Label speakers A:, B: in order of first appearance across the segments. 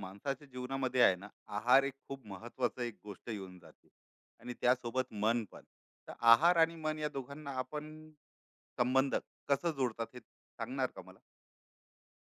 A: माणसाच्या जीवनामध्ये आहे ना, आहार एक खूप महत्वाचं एक गोष्ट येऊन जाते. आणि त्यासोबत मन पण. तर आहार आणि मन या दोघांना आपण संबंध कसं जोडतात हे सांगणार का मला?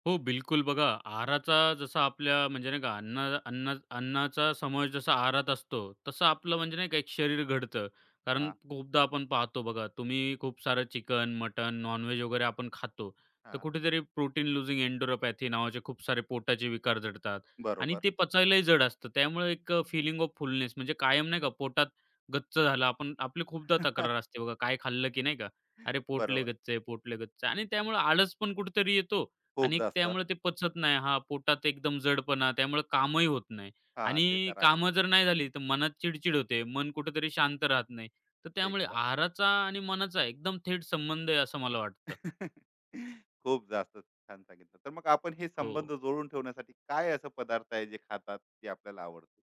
B: हो, बिलकुल. बघा आहाराचा जसा आपल्या म्हणजे नाही का अन्ना अन्ना अन्नाचा समावेश जसा आहारात असतो, तसं आपलं म्हणजे नाही का एक शरीर घडतं. कारण
A: हा.
B: खूपदा आपण पाहतो बघा, तुम्ही खूप सारं चिकन, मटन, नॉन-व्हेज वगैरे आपण खातो. तर
A: हा.
B: कुठेतरी प्रोटीन लूजिंग एन्डोरोपॅथी नावाचे खूप सारे पोटाचे विकार जडतात आणि
A: बरोबर.
B: ते पचायलाही जड असतं. त्यामुळे ऑफ फुलनेस म्हणजे कायम नाही का पोटात गच्च झालं. आपण आपली खूपदा तक्रार असते बघा, काय खाल्लं की नाही का, "अरे पोट
A: बरोबर.
B: गच्च आहे, पोट गच्च आहे" आणि त्यामुळे आळस पण कुठेतरी येतो
A: खूप
B: आणि एक
A: जास्त.
B: त्यामुळे ते पचत नाही. हां, पोटात एकदम जडपणा, त्यामुळे कामही होत नाही
A: हा, ते
B: आणि
A: तर आहे.
B: कामं जर नाही झाली, तर मनात चिडचिड होते. मन कुठेतरी शांत राहत नाही. तर त्यामुळे
A: एकदम.
B: आहाराचा आणि मनाचा एकदम थेट संबंध आहे असं मला वाटतं.
A: खूप जास्त छान सांगितलं. तर मग आपण हे
B: हो.
A: संबंध जोडून ठेवण्यासाठी काय असं पदार्थ आहे जे खातात ते आपल्याला आवडते?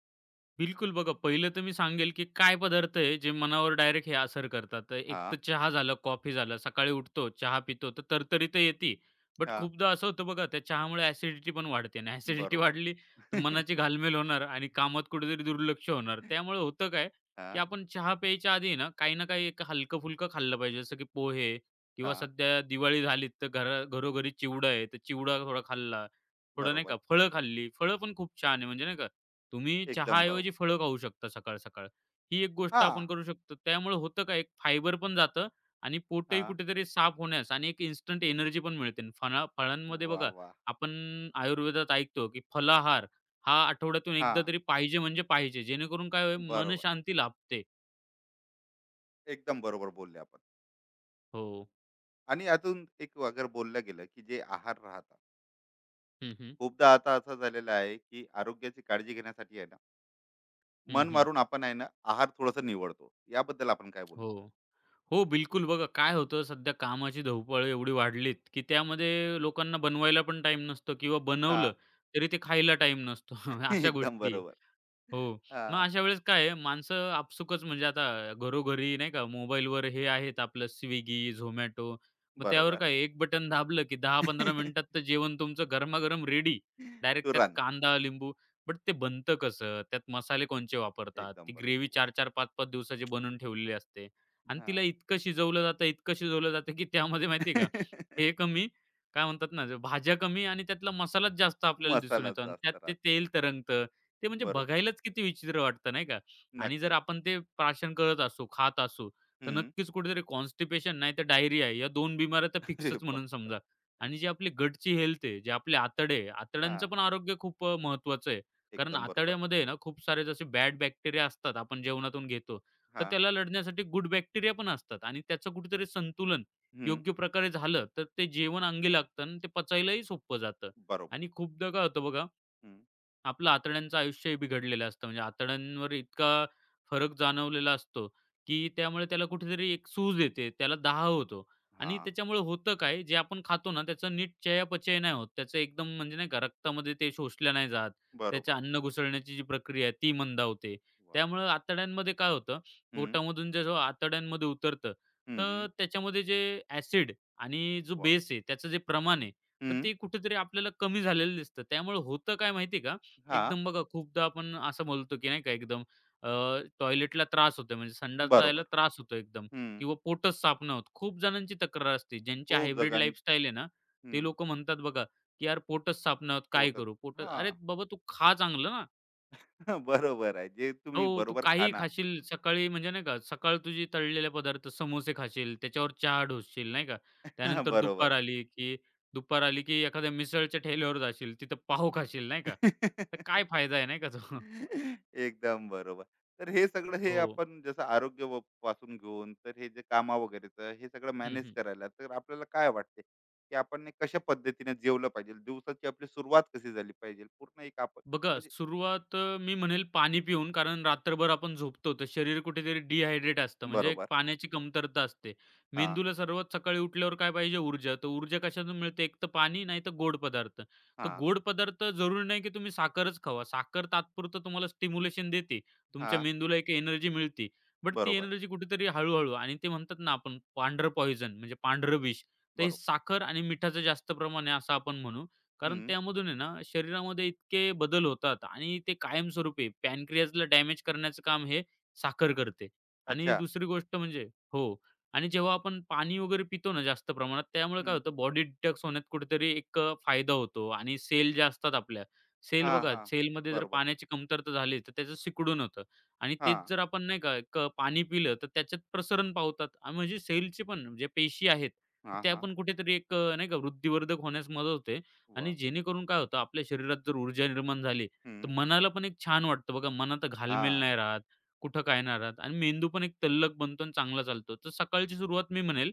B: बिलकुल. बघा, पहिलं तर मी सांगेल, की काय पदार्थ आहे जे मनावर डायरेक्ट हे असर करतात. तर एक
A: हा.
B: तर चहा झालं, कॉफी झालं. सकाळी उठतो, चहा पितो, तर तरतरी तर येते. बट
A: हा.
B: खूपदा असं होतं बघा, त्या चहामुळे ॲसिडिटी पण वाढते आणि ॲसिडिटी
A: बरोबर.
B: वाढली तर मनाची घालमेल होणार आणि कामात कुठेतरी दुर्लक्ष होणार. त्यामुळे होतं काय,
A: हा.
B: की आपण चहा प्यायच्या आधी ना, काही ना काही एक हलकं-फुलकं खाल्लं पाहिजे. जसं की पोहे किंवा
A: हा.
B: सध्या दिवाळी झाली, तर घरोघरी चिवडा आहे, तर चिवडा थोडा खाल्ला. थोडं नाही
A: बरोबर.
B: का फळं खाल्ली. फळं पण खूप छान आहे म्हणजे नाही का तुम्ही
A: एकदम
B: चहाऐवजी
A: बरोबर.
B: फळं खाऊ शकता सकाळ-सकाळ. ही एक गोष्ट
A: हां,
B: आपण करू शकतो. त्यामुळे होतं का एक फायबर पण जातं आणि पोटही
A: हां.
B: कुठेतरी साफ होण्यास आणि एक इन्स्टंट एनर्जी पण मिळते. फणा फळांमध्ये
A: वाह!
B: बघा
A: वाह!
B: आपण आयुर्वेदात ऐकतो, की फलाहार हा आठवड्यातून एकदा
A: हां.
B: तरी पाहिजे म्हणजे पाहिजे. जेणेकरून काय होईल मन
A: बरोबर.
B: शांती लाभते.
A: एकदम बरोबर बोलले आपण.
B: हो.
A: आणि अजून एक अगर बोललं गेलं, की जे आहार राहतात.
B: हं, हं.
A: खूपदा आता असं झालेलं आहे, की आरोग्याची काळजी घेण्यासाठी आहे ना,
B: हं,
A: मन
B: हं.
A: मारून आपण आहे ना, आहार थोडंसं निवडतो. याबद्दल आपण काय बोलणार?
B: हो. हो, बिलकुल. बघा काय होतं सध्या कामाची धावपळ एवढी वाढलीत, की त्यामध्ये लोकांना बनवायला पण टाइम नसतो किंवा बनवलं
A: हां.
B: तरी ते खायला टाइम नसतो. अशा
A: एकदम
B: गोष्टी आहे.
A: बरोबर.
B: हो. मग
A: हां.
B: अशा वेळेस काय आहे, माणसं आपसुकच म्हणजे आता घरोघरी नाही का मोबाईलवर हे आहेत आपलं Swiggy, Zomato. मग त्यावर
A: बरोबर.
B: काय एक बटन दाबलं, की 10-15 मिनिटात तर जेवण तुमचं गरमागरम रेडी. डायरेक्ट त्यात
A: तुरंत.
B: कांदा, लिंबू. बट ते बनतं कसं? त्यात मसाले कोणचे वापरतात?
A: एकदम
B: ती ग्रेव्ही
A: बरोबर बोलले.
B: 4-4, 5-5 दिवसाची बनवून ठेवलेली असते आणि
A: हां.
B: तिला इतकं शिजवलं जातं, इतकं शिजवलं जातं, की त्यामध्ये माहिती का, हे कमी काय म्हणतात ना, जे भाज्या कमी आणि त्यातला मसालाच जास्त आपल्याला दिसून
A: मसालाच
B: येतो आणि त्यात
A: जास्त
B: ते
A: राहतो.
B: तेल तरंगतं. ते म्हणजे
A: बरोबर.
B: बघायलाच किती विचित्र वाटतं नाही का? आणि जर
A: नक्कीच.
B: आपण ते प्राशन करत असू, खात असू, तर
A: हं.
B: नक्कीच कुठेतरी कॉन्स्टिपेशन नाही तर डायरिया या दोन बिमाऱ्या तर
A: अरे
B: फिक्सच म्हणून
A: बापरे!
B: समजा. आणि जी आपली गटची हेल्थ आहे, जे आपले आतडे आहे, आतड्यांचं
A: हां.
B: पण आरोग्य खूप महत्त्वाचं आहे. कारण
A: एकदम बरोबर.
B: आतड्यामध्ये आहे ना खूप सारे जसे बॅड बॅक्टेरिया असतात आपण जेवणातून घेतो, तर
A: हां.
B: त्याला लढण्यासाठी गुड बॅक्टेरिया पण असतात आणि त्याचं कुठेतरी संतुलन
A: हं.
B: योग्य प्रकारे झालं, तर ते जेवण अंगी लागतं आणि ते पचायलाही सोपं जातं.
A: बरोबर.
B: आणि खूपदा काय होतं बघा
A: हं.
B: आपलं आतड्यांचं आयुष्यही बिघडलेलं असतं. म्हणजे आतड्यांवर इतका फरक जाणवलेला असतो, की त्यामुळे त्याला कुठेतरी एक सूज येते, त्याला दाह होतो आणि
A: हां.
B: त्याच्यामुळे होतं काय, जे आपण खातो ना, त्याचं नीट चयापचय नाही होत. त्याचं एकदम म्हणजे नाही का, रक्तामध्ये ते शोषलं नाही जात. त्याचं
A: बरोबर.
B: अन्न घुसळण्याची जी प्रक्रिया आहे, ती मंदावते.
A: वाह!
B: त्यामुळं आतड्यांमध्ये काय होतं,
A: हं.
B: पोटामधून जेव्हा आतड्यांमध्ये उतरतं,
A: हं, हं.
B: तर त्याच्यामध्ये जे ॲसिड आणि जो
A: वाह!
B: बेस आहे, त्याचं जे प्रमाण आहे, तर
A: हं.
B: ते कुठेतरी आपल्याला कमी झालेलं दिसतं. त्यामुळे होतं काय माहिती का,
A: हां.
B: एकदम बघा खूपदा आपण असं बोलतो, की नाही का एकदम अ, टॉयलेटला त्रास होतोय म्हणजे संडास जायला
A: बरोबर.
B: त्रास होतो एकदम
A: हं.
B: किंवा पोटच साफ नाही होत. खूप जणांची तक्रार असते. ज्यांची
A: खूप
B: हायब्रिड
A: जगां.
B: लाईफस्टाईल आहे ना, ते
A: हं.
B: लोकं म्हणतात बघा, की "यार पोटच साफ नाही होत, काय
A: पोटच.
B: करू?" पोट अरे
A: हां.
B: बाबा तू खा चांगलं ना.
A: बरोबर आहे. जे तुम्ही
B: हो, तू
A: बरोबर
B: काहीही
A: खाणार.
B: खाशील सकाळी म्हणजे नाही का, सकाळ तुझी तळलेले पदार्थ समोसे खाशील, त्याच्यावर चहा ढोसशील नाही का. त्यानंतर
A: बरोबर.
B: दुपार आली, की एखाद्या मिसळच्या ठेल्यावर जाशील, तिथं पाव खाशील नाही का. तर काय फायदा आहे नाही का तो?
A: एकदम बरोबर. तर हे सगळं, हे
B: हो.
A: आपण जसं आरोग्य व पासून घेऊन तर हे जे कामा वगैरेचं हे सगळं
B: हं,
A: मॅनेज
B: हं.
A: करायला, तर आपल्याला काय वाटते, की आपण हे कशा पद्धतीने जेवलं पाहिजे? दिवसाची आपली सुरुवात कशी झाली पाहिजे? पूर्ण एक आपण
B: बघा
A: म्हणजे.
B: सुरुवात अ, मी म्हणेल पाणी पिऊन, कारण रात्रभर आपण झोपतो तर शरीर कुठेतरी डिहायड्रेट असतं. म्हणजे एक
A: बरोबर.
B: पाण्याची कमतरता असते.
A: हां,
B: मेंदूला सर्वात सकाळी उठल्यावर काय पाहिजे? ऊर्जा. तर ऊर्जा कशातून मिळते? एक तर पाणी, नाही तर गोड पदार्थ. तर
A: हां,
B: गोड पदार्थ जरुरी नाही की तुम्ही साखरच खावा. साखर तात्पुरतं तुम्हाला स्टिम्युलेशन देते. तुमच्या
A: हां.
B: मेंदूला एक एनर्जी मिळते. बट ती
A: बरोबर,
B: एनर्जी कुठेतरी हळू आणि ते म्हणतात ना आपण पांढरं पॉइझन म्हणजे पांढरं विष. तर हे
A: बरोबर.
B: साखर आणि मिठाचं जास्त प्रमाण आहे असं आपण म्हणू. कारण
A: हं.
B: त्यामधून आहे ना शरीरामध्ये इतके बदल होतात आणि ते कायमस्वरूपी पॅनक्रियाजला डॅमेज करण्याचं काम हे साखर करते. आणि
A: अच्छा.
B: दुसरी गोष्ट म्हणजे हो. आणि जेव्हा आपण पाणी वगैरे पितो ना जास्त प्रमाणात त्यामुळे काय
A: हं.
B: होतं बॉडी डिटॉक्स होण्यात कुठेतरी एक फायदा होतो आणि सेल ज्या असतात आपल्या,
A: हां, हां.
B: सेलमध्ये जर
A: बरोबर.
B: पाण्याची कमतरता झाली तर त्याचं सिकुडून होतं आणि तेच
A: हां.
B: जर आपण नाही का एक पाणी पिलं तर त्याच्यात प्रसरण पावतात आणि म्हणजे सेलची पण जे पेशी आहेत तर
A: हां,
B: त्या
A: हां.
B: पण कुठेतरी एक अ, नाही का वृद्धिवर्धक होण्यास मदत होते आणि
A: वाह!
B: जेणेकरून काय होतं आपल्या शरीरात जर ऊर्जा निर्माण झाली, तर
A: हं.
B: मनाला पण एक छान वाटतं बघा. मनात घालमेल
A: हां,
B: नाही राहत, कुठं काय नाही राहत आणि मेंदू पण एक तल्लख बनतो आणि चांगला चालतो. तर सकाळची सुरुवात मी म्हणेल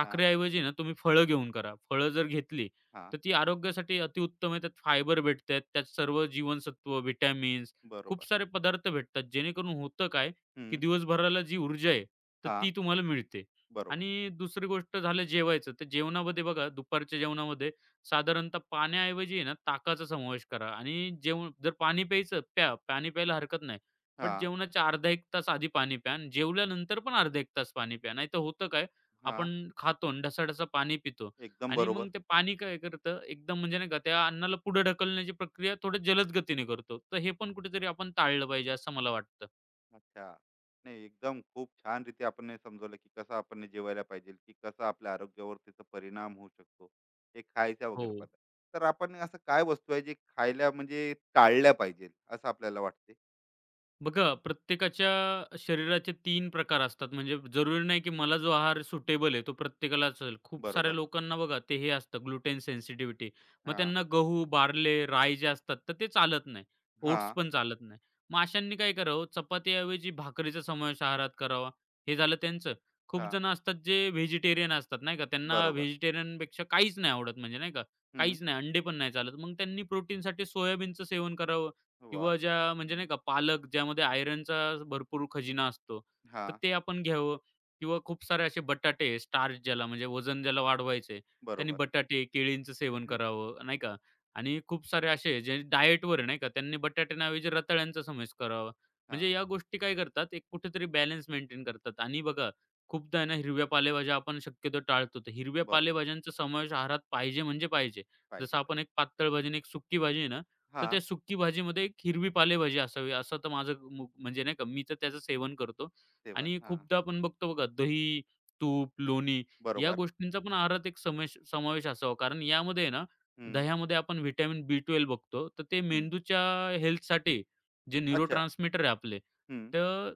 A: हां,
B: ना तुम्ही फळं घेऊन करा. फळं जर घेतली,
A: हां.
B: तर ती आरोग्यासाठी अतिउत्तम आहे. त्यात फायबर भेटतात, त्यात सर्व जीवनसत्व, व्हिटॅमिन्स खूप
A: बरोबर.
B: सारे पदार्थ भेटतात. जेणेकरून होतं काय, की
A: हं.
B: दिवसभराला जी ऊर्जा आहे, तर
A: हां.
B: ती तुम्हाला मिळते.
A: बरोबर.
B: आणि दुसरी गोष्ट झालं जेवायचं. तर जेवणामध्ये बघा दुपारच्या जेवणामध्ये साधारणतः पाण्याऐवजी आहे ना, ताकाचा समावेश करा आणि जेवण जर पाणी प्यायचं प्या, पाणी प्यायला हरकत नाही. बट
A: हां,
B: जेवणाच्या अर्धा 1 तास आधी पाणी प्या आणि जेवल्यानंतर पण अर्धा 1 तास पाणी प्या. नाहीतर होतं काय,
A: हां.
B: आपण खातो आणि ढसाढसा पाणी पितो
A: एकदम
B: आणि
A: बरोबर.
B: मग ते पाणी काय करतं एकदम म्हणजे नाही का त्या अन्नाला पुढे ढकलण्याची प्रक्रिया थोड्या जलद गतीने करतो. तर हे पण कुठेतरी आपण टाळलं पाहिजे असं मला वाटतं.
A: अच्छा. नाही, एकदम खूप छान रीती आपण हे समजवलं, की कसं आपण हे जेवायला पाहिजे, की कसं आपल्या आरोग्यावर त्याचा परिणाम होऊ शकतो. हे खायचा
B: हो.
A: वगैरे पदार्थ. तर आपण असं काय वस्तू आहे, जे खायला म्हणजे टाळल्या पाहिजे असं आपल्याला वाटते?
B: बघा, प्रत्येकाच्या शरीराचे तीन प्रकार असतात. म्हणजे जरुरी नाही, की मला जो आहार सुटेबल आहे, तो प्रत्येकाला असेल. खूप साऱ्या
A: बरोबर.
B: लोकांना बघा, ते हे असतं ग्लुटेन सेन्सिटिव्हिटी. मग
A: हां.
B: त्यांना गहू, बार्ले, राय जे असतात, तर ते चालत नाही.
A: हा.
B: ओट्स पण चालत नाही. मग अशांनी काय करावं, चपातीऐवजी भाकरीचा समावेश आहारात करावा. हे झालं त्यांचं. खूप
A: हां.
B: जण असतात जे व्हेजिटेरियन असतात, नाही का. त्यांना
A: बरोबर.
B: व्हेजिटेरियनपेक्षा काहीच नाही आवडत म्हणजे नाही का,
A: हं.
B: काहीच नाही, अंडे पण नाही चालत. मग त्यांनी प्रोटीनसाठी सोयाबीनचं सेवन करावं.
A: वाह!
B: किंवा ज्या म्हणजे नाही
A: हं.
B: का पालक ज्यामध्ये आयर्नचा भरपूर खजिना असतो, तर
A: हां.
B: ते आपण घ्यावं किंवा खूप सारे असे बटाटे, स्टार्च ज्याला म्हणजे वजन ज्याला वाढवायचंय, त्यांनी
A: बरोबर.
B: बटाटे, केळींचं सेवन करावं, नाही का? आणि खूप सारे असे जे डायटवर आहे, नाही का, त्यांनी बटाट्यांऐवजी रताळ्यांचा समावेश करावा. म्हणजे
A: हां.
B: या गोष्टी काय करतात, एक कुठेतरी बॅलन्स मेंटेन करतात. आणि बघा, खूपदा आहे ना हिरव्या पालेभाज्या आपण शक्यतो टाळतो. तर हिरव्या
A: बरोबर.
B: पालेभाज्यांचा समावेश आहारात पाहिजे म्हणजे पाहिजे. जसं
A: पाहिजेलच.
B: आपण एक पातळ भाजी आणि एक सुकी भाजी आहे ना, तर
A: हां.
B: त्या सुकी भाजीमध्ये एक हिरवी पालेभाजी असावी, असं तर माझं म्हणजे नाही का, मी तर त्याचं सेवन करतो.
A: 7
B: आणि
A: हां.
B: खूपदा आपण बघतो बघा दही, तूप, लोणी या
A: बरोबर.
B: गोष्टींचा पण आहारात एक समावेश असावा. कारण यामध्ये आहे ना,
A: हं,
B: दह्यामध्ये आपण व्हिटॅमिन बी12 बघतो. तर ते
A: हं.
B: मेंदूच्या हेल्थसाठी जे
A: अच्छा.
B: न्यूरोट्रान्समीटर आहे आपले,
A: हं.
B: तर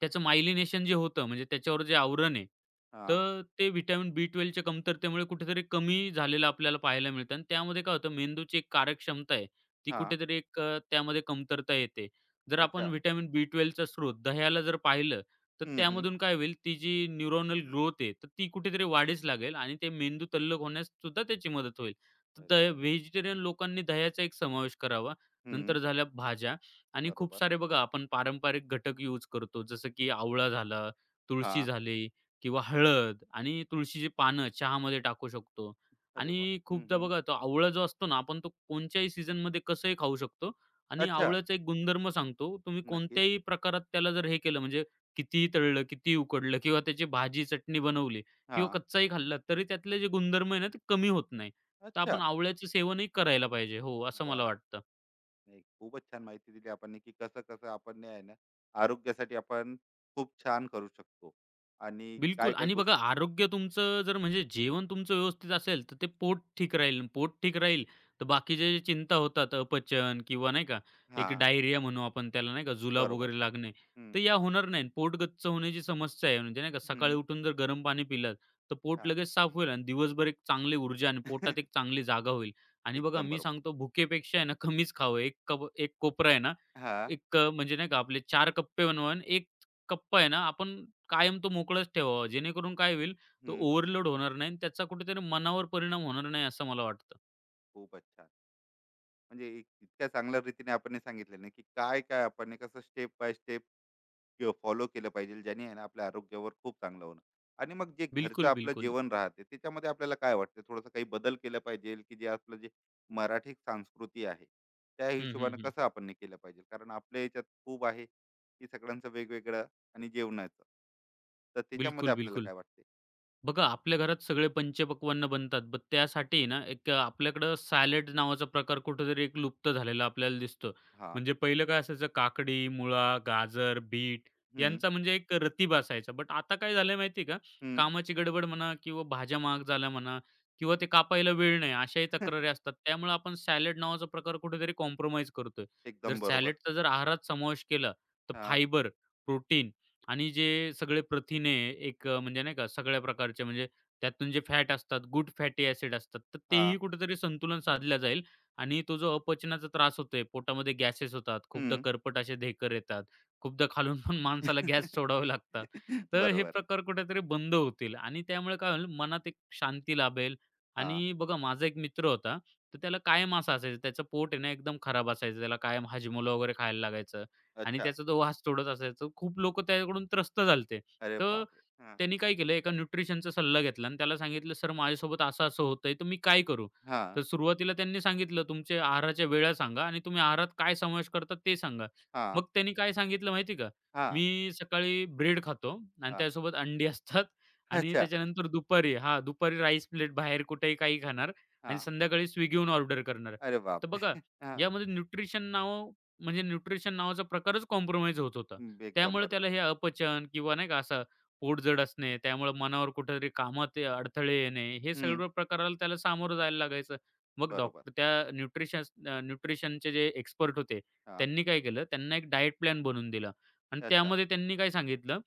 B: त्याचं मायलिनेशन जे होतं म्हणजे त्याच्यावर जे आवरण आहे,
A: हां,
B: तर ते व्हिटॅमिन बी12च्या कमतरतेमुळे कुठेतरी कमी झालेलं आपल्याला पाहायला मिळतं आणि त्यामध्ये काय होतं मेंदूची एक कार्यक्षमता आहे ती
A: हां.
B: कुठेतरी त्यामध्ये कमतरता येते. जर आपण
A: अच्छा.
B: व्हिटॅमिन बी12चा स्रोत दह्याला जर पाहिलं, तर
A: हं, हं.
B: त्यामधून काय होईल, ती जी न्यूरॉनल ग्रोथ आहे, तर ती कुठेतरी वाढीस लागेल आणि ते मेंदू तल्लख होण्यास सुद्धा त्याची मदत होईल. तर
A: अरे वाह!
B: व्हेजिटेरियन लोकांनी दह्याचा एक समावेश करावा.
A: हं.
B: नंतर झाल्या भाज्या आणि खूप
A: बरोबर.
B: सारे बघा आपण पारंपरिक घटक यूज करतो. जसं की आवळा झाला, तुळशी
A: हां.
B: झाली किंवा हळद आणि तुळशीची पानं चहामध्ये टाकू शकतो.
A: अरे वाह!
B: आणि
A: हं,
B: खूपदा
A: हं.
B: बघा तो आवळा जो असतो ना, आपण तो कोणत्याही सीझनमध्ये कसंही खाऊ शकतो आणि
A: अच्छा.
B: आवळ्याचा एक गुणधर्म सांगतो. तुम्ही
A: नक्कीच.
B: कोणत्याही प्रकारात त्याला जर हे केलं म्हणजे कितीही तळलं, कितीही उकडलं किंवा त्याची भाजी, चटणी बनवली किंवा
A: हां.
B: कच्चाही खाल्ला तरी त्यातले जे गुणधर्म आहे ना, ते कमी होत नाही. तर
A: अच्छा.
B: आपण आवळ्याचं सेवनही करायला पाहिजे. हो, असं मला
A: वाह!
B: वाटतं.
A: नाही, खूपच छान माहिती दिली आपण, की कसं-कसं आपण ने आहे ना, आरोग्यासाठी आपण खूप छान करू शकतो आणि
B: बिलकुल
A: काय-काय
B: आणि बघा
A: गोष्टी.
B: आरोग्य तुमचं जर म्हणजे जेवण तुमचं व्यवस्थित असेल, तर ते पोट ठीक राहील. पोट ठीक राहील, तर बाकीच्या ज्या चिंता होतात अपचन किंवा नाही का, एक
A: हां.
B: डायरिया म्हणू आपण त्याला नाही का, जुलाब
A: बरोबर.
B: वगैरे लागणे,
A: हं.
B: तर या होणार नाही. पोट गच्च होण्याची समस्या आहे म्हणजे नाही का, सकाळी
A: हं.
B: उठून जर गरम पाणी पिलं, तर पोट
A: हां.
B: लगेच साफ होईल आणि दिवसभर एक चांगली ऊर्जा आणि पोटात एक चांगली जागा होईल. आणि बघा
A: एकदम
B: मी
A: बरोबर.
B: सांगतो भुकेपेक्षा आहे ना, कमीच खावं. एक कप एक कोपरा आहे ना,
A: हां.
B: एक अ, म्हणजे नाही का आपले 4 कप्पे बनवा आणि 1 कप्पा आहे ना, आपण कायम तो मोकळाच ठेवावा. जेणेकरून काय होईल, तो
A: हं.
B: ओव्हरलोड होणार नाही आणि त्याचा कुठेतरी मनावर परिणाम होणार नाही, असं मला वाटतं.
A: खूपच छान. म्हणजे इत इतक्या चांगल्या रीतीने आपण हे सांगितलं ना, की काय-काय आपण हे कसं स्टेप बाय स्टेप फॉलो केलं पाहिजे, ज्याने आहे ना आपल्या आरोग्यावर खूप चांगलं होणार. आणि मग जे घरचं
B: बिलकुल,
A: आपलं
B: बिलकुल.
A: जेवण राहते, त्याच्यामध्ये आपल्याला काय वाटतं? थोडंसं काही बदल केला पाहिजे, की जे आपलं जे मराठी संस्कृती आहे, त्या
B: हं, हं,
A: हिशोबानं
B: हं.
A: कसं आपण हे केलं पाहिजे? कारण आपल्या ह्याच्यात खूप आहे, की सगळ्यांचं वेगवेगळं आणि जेवणाचं. तर त्याच्यामध्ये
B: बिलकुल,
A: आपल्याला
B: बिलकुल.
A: काय वाटते?
B: बघा, आपल्या घरात सगळे पंचपक्वान्न बनतात. पण त्यासाठी ना, आपल्याकडं सॅलड नावाचा प्रकार कुठेतरी एक लुप्त झालेला आपल्याला दिसतो.
A: हां.
B: म्हणजे पहिलं काय असायचं काकडी, मुळा, गाजर, बीट
A: हं.
B: यांचा म्हणजे एक रतीब असायचा. बट आता काय झालंय माहिती का?
A: हं.
B: कामाची गडबड म्हणा किंवा भाज्या महाग झाल्या म्हणा किंवा ते कापायला वेळ नाही अशाही तक्रारी असतात. त्यामुळे आपण सॅलड नावाचा प्रकार कुठेतरी कॉम्प्रोमाईज करतोय. जर
A: एकदम बरोबर.
B: सॅलडचा जर आहारात समावेश केला, तर
A: हां,
B: फायबर, प्रोटीन आणि जे सगळे प्रथिने म्हणजे नाही का सगळ्या प्रकारचे म्हणजे त्यातून जे फॅट असतात, गुड फॅटी ॲसिड असतात, तर
A: हां.
B: तेही कुठेतरी संतुलन साधलं जाईल आणि तो जो अपचनाचा त्रास होतोय, पोटामध्ये गॅसेस होतात, खूपदा
A: हं.
B: कर्पट असे ढेकर येतात, खूपदा खालून पण माणसाला गॅस सोडावे लागतात. तर हे
A: बरोबर आहे.
B: प्रकार कुठेतरी बंद होतील आणि त्यामुळे काय होईल मनात एक शांती लाभेल
A: हां.
B: आणि बघा माझा एक मित्र होता, तर त्याला कायम असं असायचं त्याचं पोट आहे ना एकदम खराब असायचं, त्याला कायम हाजमोला वगैरे खायला लागायचं. आणि
A: अच्छा.
B: त्याचा तो वास सोडत असायचा. खूप लोकं त्याच्याकडून त्रस्त झालते.
A: अरे
B: तर
A: बापरे! हां,
B: त्यांनी काय केलं, एका न्यूट्रिशनचा सल्ला घेतला आणि त्याला सांगितलं, "सर माझ्यासोबत असं-असं होतंय, तर मी काय करू?"
A: हां,
B: तर सुरुवातीला त्यांनी सांगितलं, "तुमचे आहाराच्या वेळा सांगा आणि तुम्ही आहारात काय समावेश करता ते सांगा."
A: हां,
B: मग त्यांनी काय सांगितलं माहिती का?
A: हां,
B: मी सकाळी ब्रेड खातो आणि
A: हां.
B: त्यासोबत अंडी असतात आणि
A: अच्छा.
B: त्याच्यानंतर दुपारी हां, दुपारी राईस प्लेट बाहेर कुठेही काही खाणार आणि
A: हां.
B: संध्याकाळी Swiggyहून ऑर्डर करणार.
A: अरे
B: तर
A: बापरे!
B: बघा,
A: हां.
B: यामध्ये न्यूट्रिशन नाव म्हणजे न्यूट्रिशन नावाचा प्रकारच कॉम्प्रोमाईज होत होता.
A: एकदम
B: त्यामुळे
A: बरोबर.
B: त्याला हे अपचन किंवा नाही का असं पोट जड असणे, त्यामुळे मनावर कुठेतरी अडथळे येणे, हे
A: हं.
B: सर्व प्रकाराला त्याला सामोरं जायला लागायचं. मग
A: बरोबर.
B: डॉक्टर त्या न्यूट्रिशनचे जे एक्सपर्ट होते,
A: हां.
B: त्यांनी काय केलं, त्यांना एक डायट प्लॅन बनवून दिला आणि
A: अच्छा.
B: त्यामध्ये त्यांनी काय सांगितलं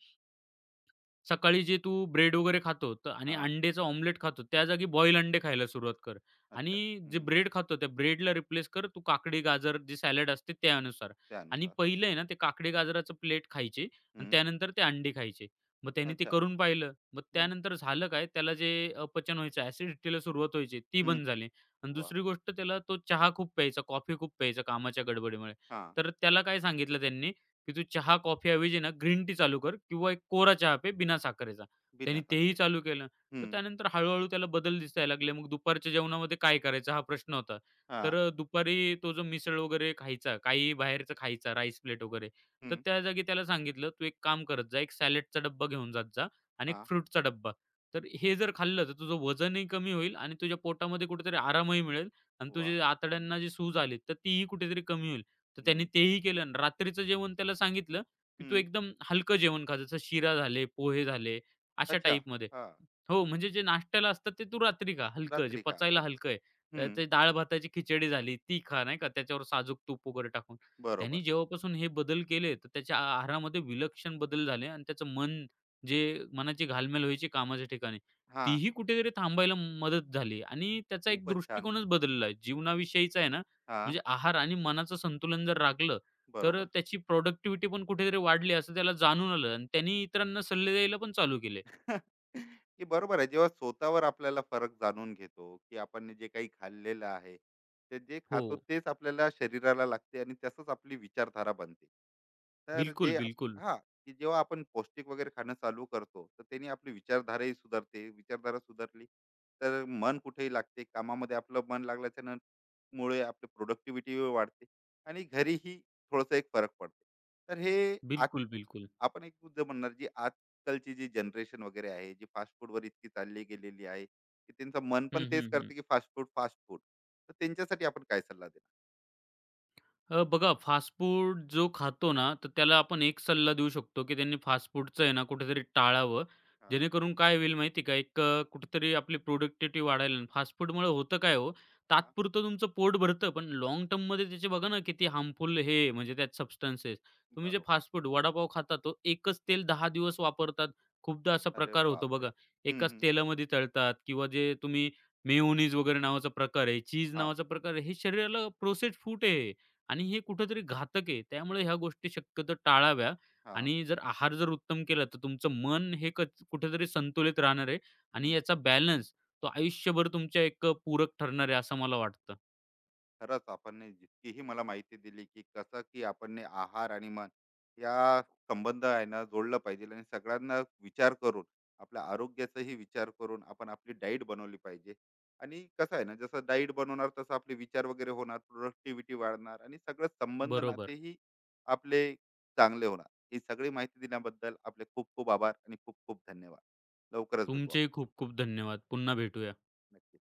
B: सकाळी जे तू ब्रेड वगैरे खातो तर आणि
A: हां.
B: अंड्याचं ऑमलेट खातो, त्या जागी बॉईल अंडे खायला सुरुवात कर आणि
A: अच्छा.
B: जे
A: हं.
B: ब्रेड खातो त्या ब्रेडला रिप्लेस कर तू काकडी, गाजर जे सॅलड असते त्यानुसार आणि
A: त्यानुसार.
B: पहिलं आहे ना ते काकडी, गाजराचं प्लेट खायची आणि
A: हं.
B: त्यानंतर ते अंडी खायचे. मग त्याने ते
A: अच्छा.
B: करून पाहिलं. मग
A: हं,
B: त्यानंतर झालं काय त्याला जे अपचन व्हायचं, ॲसिडिटीला सुरुवात व्हायची ती
A: हं.
B: बंद झाली आणि
A: वाह!
B: दुसरी गोष्ट त्याला तो चहा खूप प्यायचा, कॉफी खूप प्यायचा कामाच्या गडबडीमुळे.
A: हां.
B: तर त्याला काय सांगितलं त्यांनी की तू चहा-कॉफी ऐवजी ना ग्रीन टी चालू कर किंवा एक कोरा चहा पे बिना साखरेचा.
A: बिना
B: त्याने तेही
A: साखरेचा.
B: चालू केलं. तर
A: हं.
B: त्यानंतर हळू-हळू त्याला बदल दिसायला लागले. मग दुपारच्या जेवणामध्ये काय करायचं हा प्रश्न होता. तर
A: हां.
B: दुपारी तो जो मिसळ वगैरे खायचा, काही बाहेरचं खायचा, राईस प्लेट वगैरे, तर
A: हं.
B: त्या जागी त्याला सांगितलं, "तू एक काम करत जा, एक सॅलडचा डब्बा घेऊन जात जा आणि एक
A: हां.
B: फ्रूटचा डब्बा." तर हे जर खाल्लं तर तुझं वजनही कमी होईल आणि तुझ्या पोटामध्ये कुठेतरी आरामही मिळेल आणि
A: वाह!
B: तुझ्या
A: हं,
B: आतड्यांना जी सूज आली, तर तीही कुठेतरी कमी होईल. तर त्याने
A: हं,
B: तेही केलं आणि रात्रीचं जेवण त्याला सांगितलं, की तू
A: हं.
B: एकदम हलकं जेवण खा. जसं शिरा झाले, पोहे झाले, अशा
A: अच्छा.
B: टाईपमध्ये.
A: हां.
B: हो, म्हणजे जे नाश्त्याला असतात ते तू रात्री खा. हलकं जे
A: रात्री खा.
B: पचायला
A: ओक.
B: हलकं आहे. ते डाळ-भाताची खिचडी झाली ती खा नाही का, त्याच्यावर साजूक तूप वगैरे टाकून.
A: बरोबर.
B: त्यांनी जेव्हापासून हे बदल केले, तर त्याच्या आहारामध्ये विलक्षण बदल झाले आणि त्याचं मन जे मनाची घालमेल व्हायची कामाच्या ठिकाणी,
A: हां.
B: तीही कुठेतरी थांबायला मदत झाली
A: म्हणजे.
B: आणि त्याचा एक
A: खूपच छान.
B: दृष्टिकोनच बदलला आहे. जीवनाविषयीचा आहे ना,
A: हां,
B: म्हणजे आहार आणि मनाचं संतुलन जर राखलं, तर
A: बरोबर.
B: त्याची प्रॉडक्टिव्हिटी पण कुठेतरी वाढली असं त्याला जाणून आलं आणि त्यांनी इतरांना सल्ले द्यायला पण चालू केले.
A: की बरोबर आहे, जेव्हा स्वतःवर आपल्याला फरक जाणून घेतो की आपण जे काही खाल्लेलं आहे, ते जे
B: हो.
A: खातो तेच आपल्याला शरीराला लागते आणि तसंच आपली विचारधारा बनते. तर
B: बिल्कुल,
A: जे आप-
B: बिल्कुल.
A: हा, की जेव्हा आपण पौष्टिक वगैरे खाणं चालू करतो, तर त्यांनी आपली विचारधाराही सुधारते. विचारधारा सुधारली, तर मन कुठेही लागते कामामध्ये. आपलं मन लागल्याच्या मुळे आपली प्रोडक्टिव्हिटी वाढते आणि घरीही थोडंसं एक फरक पडते. तर हे
B: बिल्कुल, बिल्कुल.
A: आपण एक मुद्दे म्हणणार, जी आजकालची जी जनरेशन वगैरे आहे जी फास्ट फूडवर इतकी चालली गेलेली आहे, की त्यांचं मन पण
B: हं,
A: तेच
B: हं, हं.
A: करते की फास्ट फूड, फास्ट फूड. तर त्यांच्यासाठी आपण काय सल्ला देणार?
B: बघा फास्ट फूड जो खातो ना, तर त्याला आपण एक सल्ला देऊ शकतो, की त्यांनी फास्ट फूडचं आहे ना कुठेतरी टाळावं.
A: हा.
B: जेणेकरून काय होईल माहिती का, कुठेतरी आपली प्रोडक्टिव्हिटी वाढेल फास्ट फूडमुळे होतं काय हो,
A: हा.
B: तात्पुरतं तुमचं पोट भरतं, पण लाँग टर्ममध्ये त्याचे बघा ना किती हार्मफुल हे आहे, म्हणजे त्यात सबस्टन्सेस. तुम्ही जे
A: बरोबर.
B: फास्ट फूड वडापाव खाता, तो एकच तेल 10 दिवस वापरतात. खूपदा असा
A: अरे
B: प्रकार होतो
A: बापरे.
B: बघा.
A: हम्म,
B: एकाच
A: हम्म.
B: तेलामध्ये तळतात किंवा जे तुम्ही मेयोनीज वगैरे नावाचा प्रकार आहे, चीज
A: हा.
B: नावाचा प्रकार आहे, हे शरीराला प्रोसेस्ड फूड आहे आणि हे कुठेतरी घातक आहे. त्यामुळे ह्या गोष्टी शक्यतो टाळाव्या
A: हा.
B: आणि जर आहार जर उत्तम केला, तर तुमचं मन हे कुठेतरी संतुलित राहणार आहे आणि याचा बॅलन्स तो आयुष्यभर तुमच्या एक पूरक ठरणार आहे असं मला वाटतं.
A: खरंच, आपण जितकीही मला माहिती दिली, की कसं की आपण ने आहार आणि मन या संबंध आहे ना जोडलं पाहिजे आणि सगळ्यांना विचार करून, आपल्या आरोग्याचाही विचार करून आपण आपली डाईट बनवली पाहिजे. आणि कसं आहे ना, जसं डाईट बनवणार तसं आपले विचार वगैरे होणार, प्रोडक्टिव्हिटी वाढणार आणि सगळं संबंध,
B: बरोबर.
A: नातेही आपले चांगले होणार. ही सगळी माहिती दिल्याबद्दल आपले खूप खूप आभार आणि खूप खूप धन्यवाद. लवकरच भेटू आपण.
B: तुमचेही खूप खूप धन्यवाद. पुन्हा भेटूया.
A: नक्की.